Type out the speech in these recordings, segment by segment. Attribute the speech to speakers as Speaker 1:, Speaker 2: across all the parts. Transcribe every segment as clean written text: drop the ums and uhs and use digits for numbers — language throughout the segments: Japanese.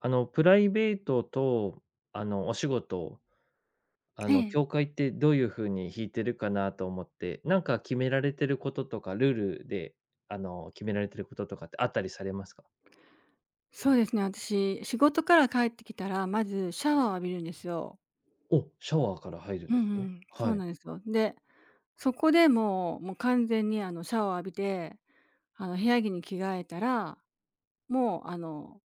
Speaker 1: プライベートと、お仕事、
Speaker 2: ええ、
Speaker 1: 境界ってどういう風に引いてるかなと思って、なんか決められてることとか、ルールで、決められてることとかってあったりされますか？
Speaker 2: そうですね、私、仕事から帰ってきたら、まずシャワーを浴びるんですよ。
Speaker 1: お、シャワーから入るん
Speaker 2: う
Speaker 1: で
Speaker 2: ん
Speaker 1: す
Speaker 2: う
Speaker 1: ね。
Speaker 2: ん。そう
Speaker 1: はい。
Speaker 2: なんですよ。で、そこでもう完全にシャワーを浴びて、あの部屋着に着替えたら、もうあの、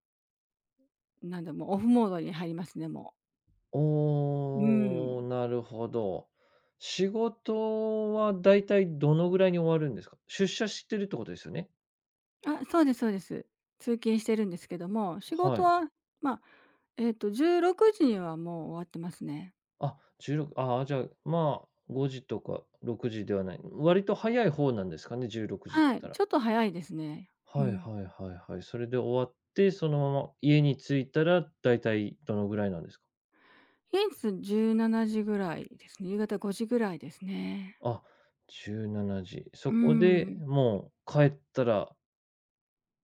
Speaker 2: なんだ、もうオフモードに入りますね、もう。う
Speaker 1: おお、
Speaker 2: ん。
Speaker 1: なるほど。仕事はだいたいどのぐらいに終わるんですか？出社してるってことですよね？
Speaker 2: あ、そうですそうです。通勤してるんですけども、仕
Speaker 1: は
Speaker 2: 事
Speaker 1: い。
Speaker 2: は、まあ、16時にはもう終わってますね。
Speaker 1: あ、16、ああ、じゃあ、まあ、5時とか6時ではない。割と早い方なんですかね、16時だっ
Speaker 2: は
Speaker 1: た
Speaker 2: い、
Speaker 1: ら。
Speaker 2: ちょっと早いですね。う
Speaker 1: はい
Speaker 2: ん。
Speaker 1: はいはいはい。それで終わって、そのまま家に着いたら、だいたいどのぐらいなんですか？
Speaker 2: 平日17時ぐらいですね。夕方5時ぐらいですね。
Speaker 1: あ、17時。
Speaker 2: う
Speaker 1: そ
Speaker 2: ー
Speaker 1: こで
Speaker 2: ん。
Speaker 1: もう帰ったら、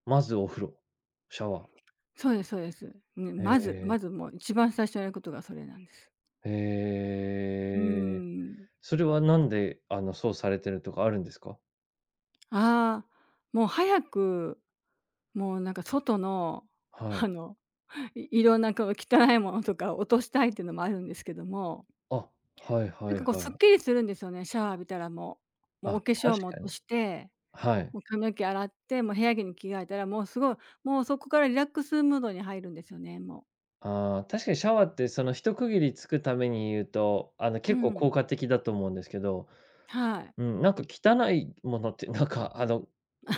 Speaker 1: まずお風呂、シャワー。
Speaker 2: そうですそうです。ね、
Speaker 1: へ
Speaker 2: まずま
Speaker 1: え、
Speaker 2: ずもう一番最初にやることがそれなんです。
Speaker 1: へ
Speaker 2: うー
Speaker 1: え。
Speaker 2: ん。
Speaker 1: それはなんで、そうされてるとかあるんですか？
Speaker 2: ああ、もう早く、もうなんか外の、
Speaker 1: は
Speaker 2: あ
Speaker 1: い。
Speaker 2: の、いろんなこう汚いものとか落としたいっていうのもあるんですけども、
Speaker 1: あ、はい
Speaker 2: な
Speaker 1: は
Speaker 2: ん
Speaker 1: い
Speaker 2: かこう
Speaker 1: は
Speaker 2: すっ
Speaker 1: い。
Speaker 2: きりするんですよね、シャワー浴びたらもう。もうお
Speaker 1: あ、
Speaker 2: 化粧
Speaker 1: 確
Speaker 2: も落
Speaker 1: か
Speaker 2: と
Speaker 1: に。
Speaker 2: して、
Speaker 1: はい。
Speaker 2: もう髪の毛洗って、もう部屋着に着替えたら、もうすごい、もうそこからリラックスムードに入るんですよね、もう。
Speaker 1: ああ、確かにシャワーってその一区切りつくために言うと、
Speaker 2: う
Speaker 1: 結構
Speaker 2: ん、
Speaker 1: 効果的だと思うんですけど、
Speaker 2: はい。
Speaker 1: うん、なんか汚いものって、なんか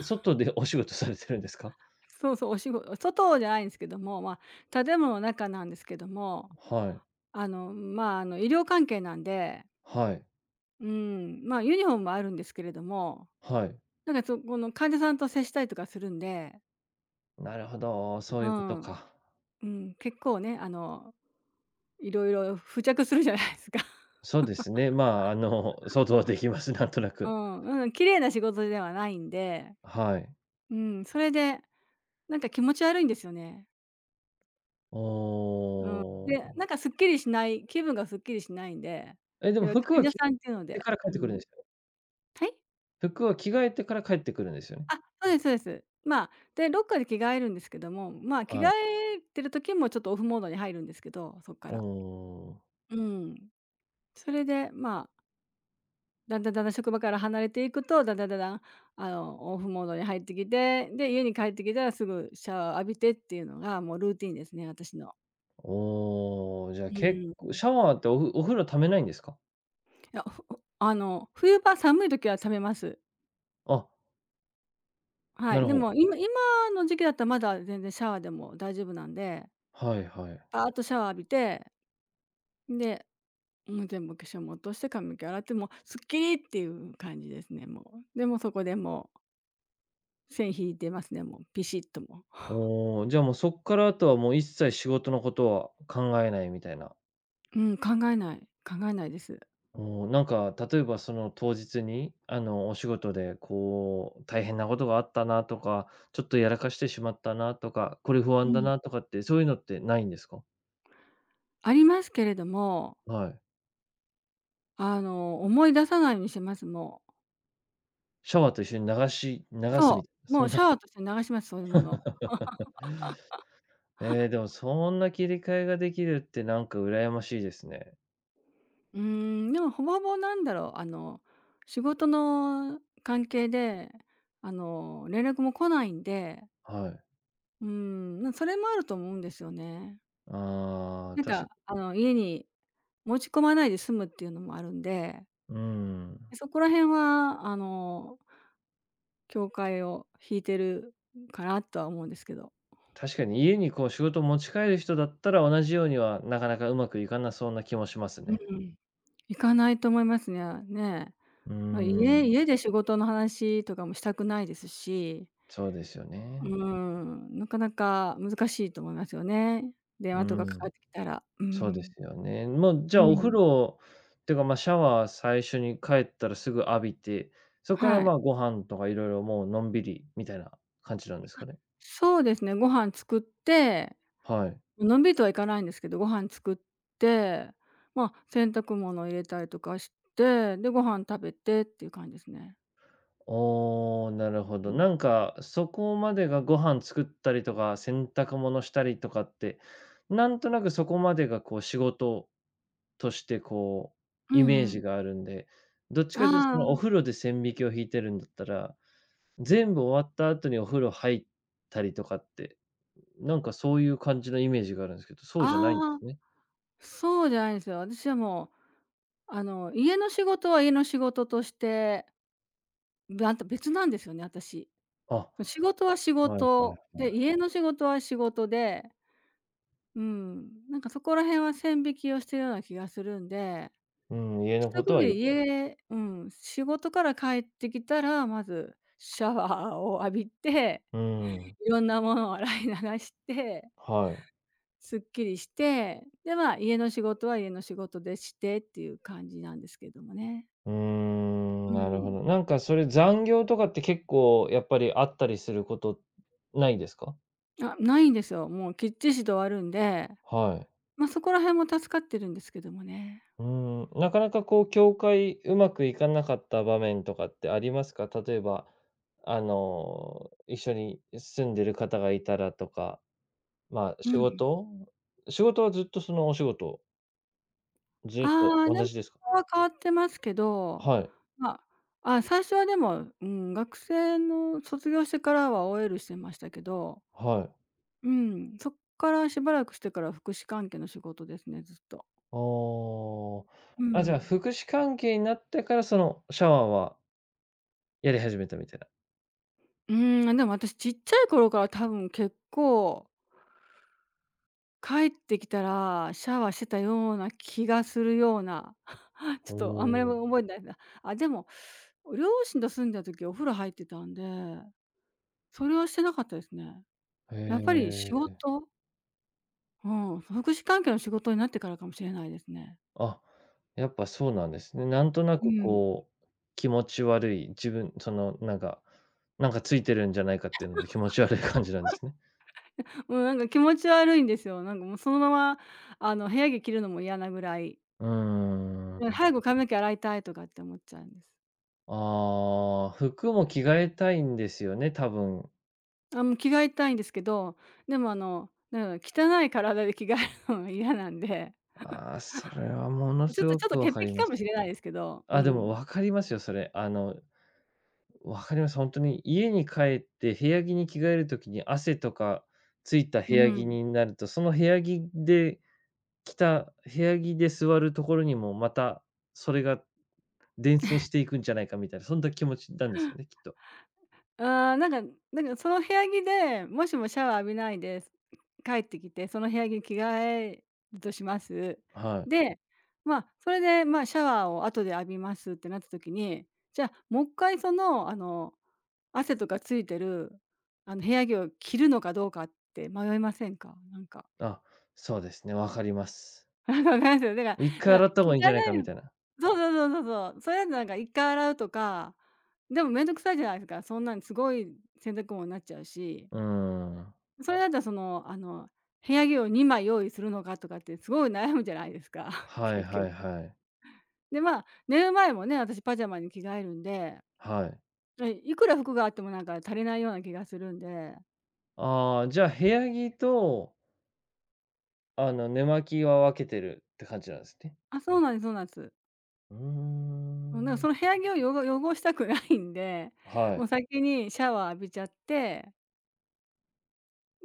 Speaker 1: 外でお仕事されてるんですか？
Speaker 2: そうそう、お仕事外じゃないんですけども、まあ、建物の中なんですけども、
Speaker 1: はい、
Speaker 2: あの、まあ、あの、医療関係なんで、
Speaker 1: はい、
Speaker 2: うん、まあ、ユニフォームもあるんですけれども、
Speaker 1: はい。
Speaker 2: なんか、そこの患者さんと接したりとかするんで、
Speaker 1: なるほど、そう
Speaker 2: う
Speaker 1: いうこと
Speaker 2: ん、
Speaker 1: か。
Speaker 2: うん、結構ね、あの、色々付着するじゃないですか。
Speaker 1: そうですね、まあ、想像はできます、なんとな
Speaker 2: う
Speaker 1: く。
Speaker 2: ん、うん、綺麗な仕事ではないんで、
Speaker 1: はい。
Speaker 2: うん、それで、なんか気持ち悪いんですよね。
Speaker 1: お
Speaker 2: うん。で、
Speaker 1: ー
Speaker 2: なんかすっきりしないんで、
Speaker 1: え、でも
Speaker 2: やっぱ
Speaker 1: 服
Speaker 2: り患
Speaker 1: は
Speaker 2: 者
Speaker 1: 着替
Speaker 2: さんっていうの
Speaker 1: えて
Speaker 2: で、
Speaker 1: から帰って
Speaker 2: う
Speaker 1: くるん
Speaker 2: ん。
Speaker 1: ですよね？
Speaker 2: はい？
Speaker 1: 服は着替えてから帰ってくるんですよね？
Speaker 2: あ、そうですそうです。まあ、で、ロッカーで着替えるんですけども、まあ、着
Speaker 1: は
Speaker 2: 替
Speaker 1: い。
Speaker 2: えてる時もちょっとオフモードに入るんですけど、そっか
Speaker 1: お
Speaker 2: ら。
Speaker 1: お。
Speaker 2: うん。それで、まあ、だんだんだんだん職場から離れていくと、だんだんだんだん、あの、オフモードに入ってきて、で、家に帰ってきたらすぐシャワー浴びてっていうのがもうルーティンですね、私の。
Speaker 1: おお、じゃあ
Speaker 2: う
Speaker 1: 結
Speaker 2: ん。
Speaker 1: 構
Speaker 2: い
Speaker 1: シャワーってお風呂溜めないんですか？
Speaker 2: や、あの、冬場寒い時は冷めます。
Speaker 1: あ、
Speaker 2: は
Speaker 1: な
Speaker 2: い、
Speaker 1: る
Speaker 2: で
Speaker 1: ほど。
Speaker 2: も今の時期だったらまだ全然シャワーでも大丈夫なんで、
Speaker 1: はいはい。
Speaker 2: パーッとシャワー浴びて、で、もう全部化粧も落として髪の毛洗って、もうすっきりっていう感じですね、もう。で、そこでもう線引いてますね、もうピシッとも
Speaker 1: おお、じゃあもうそっからあとはもう一切仕事のことは考えないみたいな。
Speaker 2: う。うん、考えないです。
Speaker 1: おお、なんか例えばその当日に、お仕事でこう大変なことがあったなとか、ちょっとやらかしてしまったなとか、これ不
Speaker 2: う
Speaker 1: 安だ
Speaker 2: ん。
Speaker 1: なとかってそういうのってないんですか？
Speaker 2: ありますけれども、
Speaker 1: はい。
Speaker 2: あの、思い出さないようにしてます、もう。
Speaker 1: シャワーと一緒に流すみ
Speaker 2: そ
Speaker 1: たいな、
Speaker 2: う、も
Speaker 1: そ
Speaker 2: う
Speaker 1: ん
Speaker 2: シ
Speaker 1: な
Speaker 2: ャワーとして流します、そういうもの。
Speaker 1: ええ、でもそんな切り替えができるってなんか羨ましいですね。
Speaker 2: うーん、でもほぼほぼなんだろう、あの、仕事の関係で、あの、連絡も来ないんで、
Speaker 1: はい。
Speaker 2: うーん、それもあると思うんですよね。
Speaker 1: ああ、
Speaker 2: なんか、あの、家に持ち込まないで済むっていうのもあるんで、
Speaker 1: うん。
Speaker 2: そこら辺は、あの、境界を引いてるかなとは思うんですけど。
Speaker 1: 確かに家にこう仕事を持ち帰る人だったら同じようにはなかなかうまくいかなそうな気もします
Speaker 2: う
Speaker 1: ね。
Speaker 2: ん、行かないと思いますね。ね。
Speaker 1: うー
Speaker 2: ま、
Speaker 1: ん、
Speaker 2: 家で仕事の話とかもしたくないですし、
Speaker 1: そうですよ
Speaker 2: うー
Speaker 1: ね。
Speaker 2: ん、なかなか難しいと思いますよね。電
Speaker 1: う
Speaker 2: 話とかかか
Speaker 1: ん、
Speaker 2: ってきたら。う
Speaker 1: そうです
Speaker 2: ん。
Speaker 1: よね。もうじ
Speaker 2: う
Speaker 1: ゃあお風
Speaker 2: ん。
Speaker 1: 呂っていうか、ま、シャワー最初に帰ったらすぐ浴びて、そこから
Speaker 2: はい。
Speaker 1: まあご飯とかいろいろもうのんびりみたいな感じなんですかね？
Speaker 2: そうですね、ご飯作って、
Speaker 1: はい。
Speaker 2: ま、のんびりとはいかないんですけど、ご飯作って、まあ、洗濯物入れたりとかして、で、ご飯食べてっていう感じですね。
Speaker 1: おお、なるほ
Speaker 2: う
Speaker 1: ど。
Speaker 2: ん。
Speaker 1: なんか、そこまでがご飯作ったりとか、洗濯物したりとかって、なんとなくそこまでがこう仕事としてこう、
Speaker 2: う
Speaker 1: イメー
Speaker 2: んう
Speaker 1: ジ
Speaker 2: ん。
Speaker 1: があるんで、どっちかというとそのお
Speaker 2: あ
Speaker 1: 風呂で線引きを引いてるんだったら、全部終わった後にお風呂入ったりとかって、なんかそういう感じのイメージがあるんですけど、そ
Speaker 2: あ、
Speaker 1: うじゃないんで
Speaker 2: ああ、
Speaker 1: すね。
Speaker 2: そうじゃないんですよ。私はもう、あの、家の仕事は家の仕事として、べあんた別なんですよね、私。
Speaker 1: あ、
Speaker 2: 仕事は仕
Speaker 1: はいは
Speaker 2: 事
Speaker 1: いは
Speaker 2: で、
Speaker 1: い。
Speaker 2: 家の仕事は仕事で、うん、なんかそこら辺は線引きをしてるような気がするんで、
Speaker 1: うん、家の
Speaker 2: 一
Speaker 1: こと
Speaker 2: 区
Speaker 1: は
Speaker 2: 切
Speaker 1: 言う、
Speaker 2: り家うん、仕事から帰ってきたら、まずシャワーを浴びて、
Speaker 1: うん、
Speaker 2: いろんなものを洗い流して、
Speaker 1: はい。
Speaker 2: すっきりして、で、まあ、家の仕事は家の仕事でしてっていう感じなんですけどもね。
Speaker 1: うー
Speaker 2: う
Speaker 1: ん、なるほ
Speaker 2: ん。
Speaker 1: ど。なんかそれ残業とかって結構やっぱりあったりすることないですか？
Speaker 2: あ、ないんですよ。もうきっちしと終わるんで、
Speaker 1: はい。
Speaker 2: ま、あそこら辺も助かってるんですけどもね。
Speaker 1: うーん、なかなかこう境界うまくいかなかった場面とかってありますか？例えば、一緒に住んでる方がいたらとか、まあ、
Speaker 2: う
Speaker 1: 仕
Speaker 2: ん、
Speaker 1: 事仕事はずっとそのお仕事、ず
Speaker 2: あ
Speaker 1: っと
Speaker 2: あ、で
Speaker 1: 同
Speaker 2: も、
Speaker 1: じですか？
Speaker 2: そこは変わってますけど、
Speaker 1: はい、
Speaker 2: まあ、あ、最初はでも、うん、学生の卒業してからは OL してましたけど、
Speaker 1: はい。
Speaker 2: うん、そっからしばらくしてから福祉関係の仕事ですね、ずっと。
Speaker 1: あ
Speaker 2: う
Speaker 1: あ。あ、じゃあ、
Speaker 2: ん。
Speaker 1: 福祉関係になってからそのシャワーはやり始めたみたいな。
Speaker 2: うーん、でも私ちっちゃい頃から多分結構、帰ってきたらシャワーしてたような気がするような、ちょ
Speaker 1: お
Speaker 2: っとあんまり
Speaker 1: お、
Speaker 2: 覚えてないな。あ、でも、両親と住んでた時お風呂入ってたんで、それはしてなかったですね。
Speaker 1: へ
Speaker 2: やっぱり仕
Speaker 1: え。
Speaker 2: 事うん、福祉関係の仕事になってからかもしれないですね。
Speaker 1: あ、やっぱそうなんですね。なんとな
Speaker 2: う
Speaker 1: く
Speaker 2: ん。
Speaker 1: こう、気持ち悪い、自分そのなんか、なんかついてるんじゃないかっていうので気持ち悪い感じなんですね。
Speaker 2: もうなんか気持ち悪いんですよ。なんかもうそのまま、あの、部屋着着るのも嫌なぐらい、
Speaker 1: うー
Speaker 2: うん、
Speaker 1: ん。
Speaker 2: 早く髪の毛洗いたいとかって思っちゃうんです。
Speaker 1: ああ、服も着替えたいんですよね、多分。
Speaker 2: あ、もう着替えたいんですけど、でもあの、なんか汚い体で着替えるのが嫌なんで、
Speaker 1: ああ、それはもの
Speaker 2: ちょっ
Speaker 1: す
Speaker 2: と
Speaker 1: ご
Speaker 2: ちょっと
Speaker 1: くわ
Speaker 2: 潔
Speaker 1: かり
Speaker 2: 癖
Speaker 1: ま
Speaker 2: かも
Speaker 1: す。
Speaker 2: しれないですけど、う
Speaker 1: あ、でも
Speaker 2: ん。
Speaker 1: 分かりますよ、それ。分かります。本当に家に帰って部屋着に着替えるときに汗とかついた部
Speaker 2: う
Speaker 1: 屋着
Speaker 2: ん。
Speaker 1: になると、その部屋着で着た部屋着で座るところにも、また、それが伝染していくんじゃないかみたいな、そんな気持ちなんですよね、きっと。
Speaker 2: ああ、なんかその部屋着で、もしもシャワー浴びないで、帰ってきて、その部屋着に着替えるとします。
Speaker 1: はい。
Speaker 2: で、まあ、それで、まあ、シャワーを後で浴びますってなった時に、じゃあ、もう一回その、あの、汗とかついてる、あの、部屋着を着るのかどうかって迷いませんか？なんか。
Speaker 1: あ、そうですね、わかります。
Speaker 2: なんかわかりますよ。だから
Speaker 1: 一回
Speaker 2: だから、
Speaker 1: 洗った方
Speaker 2: 汚
Speaker 1: がいいんじゃないか
Speaker 2: い
Speaker 1: みたいな。
Speaker 2: そうそうそうそうそう。それだとなんか一回洗うとか、でもめんどくさいじゃないですか。そんなんすごい洗濯物になっちゃうし。
Speaker 1: うーん。
Speaker 2: それだったらその、あの、部屋着を2枚用意するのかとかってすごい悩むじゃないですか、
Speaker 1: はい
Speaker 2: 結
Speaker 1: は
Speaker 2: 局。
Speaker 1: いはい。
Speaker 2: で、まあ、寝る前もね、私パジャマに着替えるんで、
Speaker 1: はい。
Speaker 2: え、いくら服があってもなんか足りないような気がするんで。
Speaker 1: ああ、じゃあ部屋着と、寝巻きは分けてるって感じなんですね。
Speaker 2: あ、そうなんです。
Speaker 1: うー
Speaker 2: もうなんか
Speaker 1: ん。
Speaker 2: その部屋着を汚したくないんで、
Speaker 1: は
Speaker 2: もう
Speaker 1: い。
Speaker 2: 先にシャワー浴びちゃって、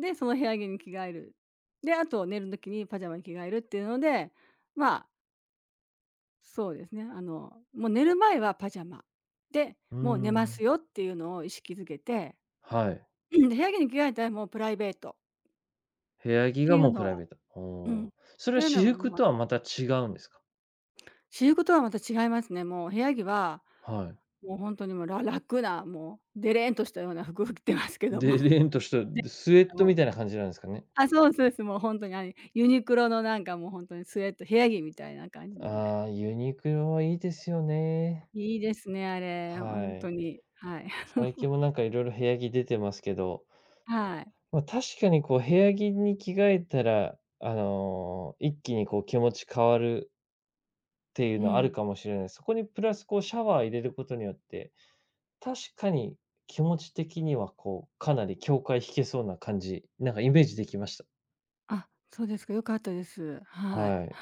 Speaker 2: で、その部屋着に着替える。で、あと寝る時にパジャマに着替えるっていうので、ま、そうですね。あの、もう寝る前はパジャマ。で、
Speaker 1: う
Speaker 2: もう寝
Speaker 1: ー
Speaker 2: ます
Speaker 1: ん。
Speaker 2: よっていうのを意識づけて、
Speaker 1: はい。
Speaker 2: うん、で、部屋着に着替えたらもうプライベート
Speaker 1: 部屋
Speaker 2: っ
Speaker 1: 着
Speaker 2: て
Speaker 1: が
Speaker 2: いう
Speaker 1: もうプ
Speaker 2: の
Speaker 1: ライ
Speaker 2: は、
Speaker 1: ベート。お
Speaker 2: うん。っ
Speaker 1: お。それ
Speaker 2: て
Speaker 1: は
Speaker 2: いうの
Speaker 1: 私
Speaker 2: は、
Speaker 1: 服
Speaker 2: まあ、
Speaker 1: とはまた違うんですか？
Speaker 2: 私服とはまた違いますね。もう部屋着は、
Speaker 1: はい。
Speaker 2: もう本当にもう楽な、もうデレーンとしたような服を着てますけども。
Speaker 1: で、レ ンとした
Speaker 2: で、
Speaker 1: スウェット
Speaker 2: もう、
Speaker 1: みたいな感じなんですかね。
Speaker 2: あ、そうそうです。もう本当にあれ、ユニクロのなんかもう本当にスウェット、部屋着みたいな感じのね。
Speaker 1: ああ、ユニクロはいいですよね。
Speaker 2: いいですね、あれ、
Speaker 1: は
Speaker 2: 本当
Speaker 1: い。
Speaker 2: に。はい。
Speaker 1: 最近もなんかいろいろ部屋着出てますけど、
Speaker 2: はい。
Speaker 1: まあ、確かにこう部屋着に着替えたら、一気にこう気持ち変わるっていう
Speaker 2: う
Speaker 1: のある
Speaker 2: ん。
Speaker 1: かもしれない。そこにプラスこうシャワー入れることによって、確かに気持ち的にはこう、かなり境界引けそうな感じ、なんかイメージできました。
Speaker 2: あ、そうですか、良かったです。はい。
Speaker 1: はい。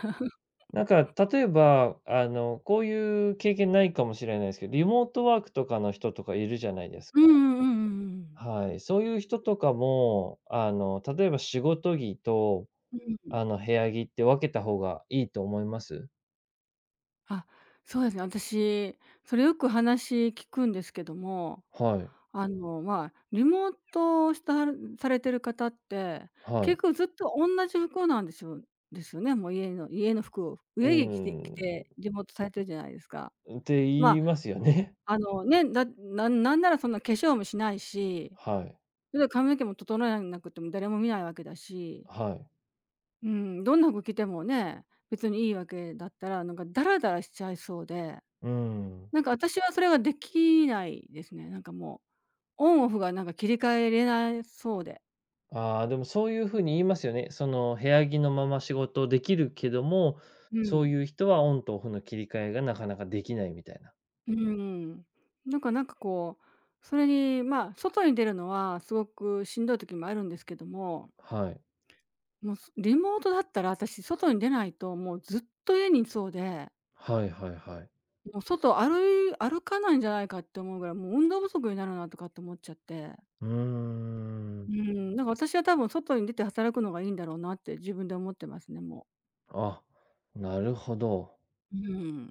Speaker 1: なんか、例えば、こういう経験ないかもしれないですけど、リモートワークとかの人とかいるじゃないですか。
Speaker 2: うんうんうんうんうん。
Speaker 1: はい、そういう人とかも、例えば仕事着と、
Speaker 2: うん。
Speaker 1: 部屋着って分けた方がいいと思います？
Speaker 2: あ、そうですね、私、それよく話聞くんですけども、
Speaker 1: はい、
Speaker 2: あの、まあ、リモートしたされてる方って、
Speaker 1: はい。
Speaker 2: 結構ずっと同じ服なんですよね、もう家の服を
Speaker 1: う
Speaker 2: 上着着て着
Speaker 1: ん。
Speaker 2: てリモートされてるじゃないですか。
Speaker 1: って言
Speaker 2: まあ、
Speaker 1: いますよね。
Speaker 2: あの、ね、んなんなら、そんな化粧もしない し、
Speaker 1: はい、
Speaker 2: それで髪の毛も整えなくても誰も見ないわけだし、
Speaker 1: はい。
Speaker 2: うん、どんな服着てもね、別にいいわけだったら、なんかダラダラしちゃいそうで、
Speaker 1: うん。
Speaker 2: なんか私はそれができないですね。なんかもう、オンオフがなんか切り替えれなそうで。
Speaker 1: ああ、でもそういうふうに言いますよね。その、部屋着のまま仕事できるけども、
Speaker 2: う
Speaker 1: そう
Speaker 2: ん。
Speaker 1: いう人はオンとオフの切り替えがなかなかできないみたいな。
Speaker 2: うん。なんかこう、それに、まあ、外に出るのはすごくしんどい時もあるんですけども、
Speaker 1: はい。
Speaker 2: もうすリモートだったら私外に出ないともうずっと家にいそうで、
Speaker 1: はいはいはい。
Speaker 2: もう外歩い歩かないんじゃないかって思うぐらい、もう運動不足になるなとかって思っちゃって。
Speaker 1: うーん。
Speaker 2: うん、なんか私は多分外に出て働くのがいいんだろうなって自分で思ってますね、もう。
Speaker 1: あ、なるほど。
Speaker 2: うん。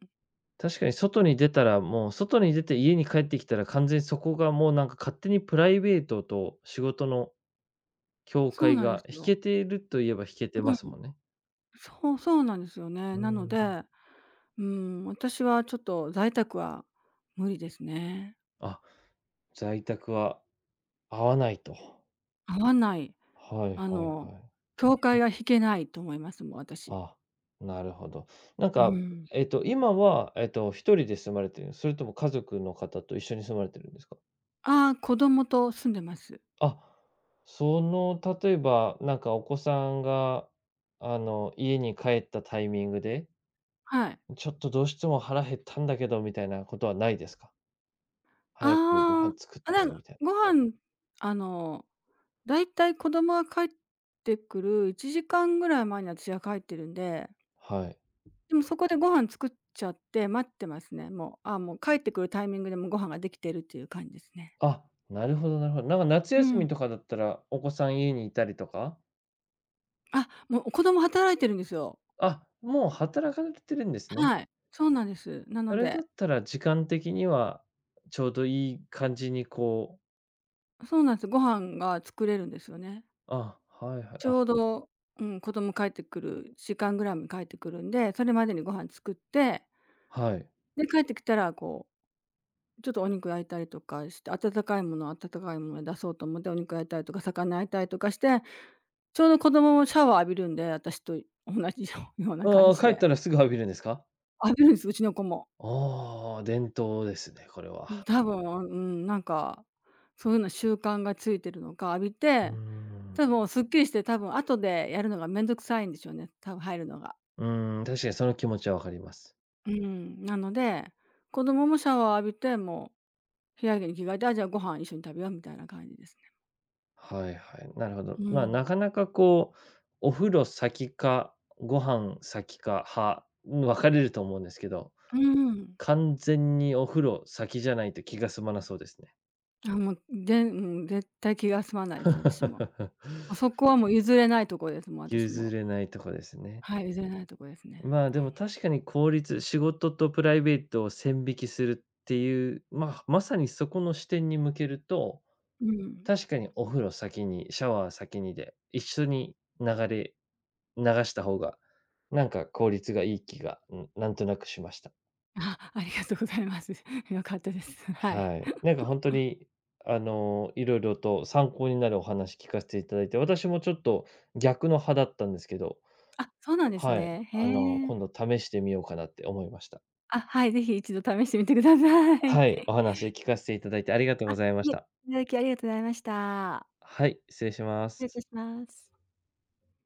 Speaker 1: 確かに外に出たら、もう外に出て家に帰ってきたら完全にそこがもうなんか勝手にプライベートと仕事の境
Speaker 2: そう
Speaker 1: 界
Speaker 2: なんで
Speaker 1: が
Speaker 2: す
Speaker 1: 引
Speaker 2: よ。
Speaker 1: けているといえば引けて
Speaker 2: う
Speaker 1: ま
Speaker 2: ん。
Speaker 1: すもんね。
Speaker 2: そうなんですよね。
Speaker 1: うー
Speaker 2: なの
Speaker 1: ん。
Speaker 2: で、うん、私はちょっと在宅は無理ですね。
Speaker 1: あ、在宅は合わないと。
Speaker 2: 合わない、
Speaker 1: はい
Speaker 2: あ
Speaker 1: はい
Speaker 2: の、
Speaker 1: はい。
Speaker 2: 境界が引けないと思います、もう私。
Speaker 1: あ、なるほど。なん
Speaker 2: う
Speaker 1: か、
Speaker 2: ん。
Speaker 1: 今は、一人で住まれてる、それとも家族の方と一緒に住まれてるんですか？
Speaker 2: ああ、子供と住んでます。
Speaker 1: あ、その、例えば、なんかお子さんが、家に帰ったタイミングで、
Speaker 2: はい。
Speaker 1: ちょっとどうしても腹減ったんだけどみたいなことはないですか？早くご
Speaker 2: ああ、
Speaker 1: 飯作っ
Speaker 2: あ、な
Speaker 1: て
Speaker 2: ん
Speaker 1: みたいな。
Speaker 2: ご飯、あの、だいたい子供が帰ってくる1時間ぐらい前に私は帰ってるんで、
Speaker 1: はい。
Speaker 2: でもそこでご飯作っちゃって待ってますね。もう、あ、もう帰ってくるタイミングでもうご飯ができてるっていう感じですね。
Speaker 1: あ、なるほどなるほど。なんか夏
Speaker 2: う
Speaker 1: 休
Speaker 2: ん。
Speaker 1: みとかだったら、お子さん家にいたりとか？
Speaker 2: あ、もう子供働いてるんですよ。
Speaker 1: あ、もう働かれてるんですね。
Speaker 2: はい、そうなんです。な
Speaker 1: そ
Speaker 2: の
Speaker 1: れだっ
Speaker 2: で、
Speaker 1: たら時間的には、ちょうどいい感じにこう
Speaker 2: そうなんです。ご飯が作れるんですよね。
Speaker 1: あ、はいはい、
Speaker 2: ちょ
Speaker 1: あ、
Speaker 2: うど、うん、子供帰ってくる時間ぐらいに帰ってくるんで、それまでにご飯作って、
Speaker 1: はい。
Speaker 2: で、帰ってきたらこう、ちょっとお肉焼いたりとかして、温かいものは温かいもので出そうと思ってお肉焼いたりとか、魚焼いたりとかして、ちょうど子供もシャワー浴びるんで、私と同じような感
Speaker 1: ああ、
Speaker 2: じ
Speaker 1: 帰っ
Speaker 2: で。
Speaker 1: たらすぐ浴びるんですか？
Speaker 2: 浴びるんです、うちの子も。
Speaker 1: ああ、伝統ですね、これは。
Speaker 2: 多分、うん、なんか、そういうような習慣がついてるのか、浴び
Speaker 1: うー
Speaker 2: て、
Speaker 1: ん。
Speaker 2: 多分すっきりして、多分後でやるのがめんどくさいんでしょうね、多分入るのが。
Speaker 1: うーん、確かにその気持ちは分かります。
Speaker 2: うん、なので、子供もシャワー浴びて、もう部屋着に着替えて、あ、じゃあご飯一緒に食べようみたいな感じですね。
Speaker 1: はいはい、なるほど。
Speaker 2: う
Speaker 1: まあ、
Speaker 2: ん。
Speaker 1: なかなかこう、お風呂先か、ご飯先か派、分かれると思うんですけど、
Speaker 2: うん。
Speaker 1: 完全にお風呂先じゃないと気が済まなそうですね。
Speaker 2: あ、もう、でうん、絶対気が済まないです、私も。も うそこはもう譲れないとこです、もう私
Speaker 1: 譲
Speaker 2: も。
Speaker 1: れないとこですね。
Speaker 2: はい、譲れないとこですね。
Speaker 1: まあ、でも確かに効率仕事とプライベートを線引きするっていう、まあ、まさにそこの視点に向けると
Speaker 2: うん。
Speaker 1: 確かにお風呂先に、シャワー先にで、一緒に流した方が、なんか効率がいい気が、うん、なんとなくしました。
Speaker 2: あ、ありがとうございます。良かったです。はい。
Speaker 1: はい。なんか本当に、色々と参考になるお話聞かせていただいて、私もちょっと逆の派だったんですけど、
Speaker 2: あ、そうなんです
Speaker 1: はい、
Speaker 2: ね。へえ。
Speaker 1: 今度試してみようかなって思いました。
Speaker 2: あ、はい、ぜひ一度試してみてください。
Speaker 1: はい、お話聞かせていただいてありがとう
Speaker 2: あ、
Speaker 1: ございま
Speaker 2: い
Speaker 1: し
Speaker 2: え、
Speaker 1: た。
Speaker 2: いただきありがとうございました。
Speaker 1: はい、失礼しま
Speaker 2: 失礼い
Speaker 1: す。
Speaker 2: たします。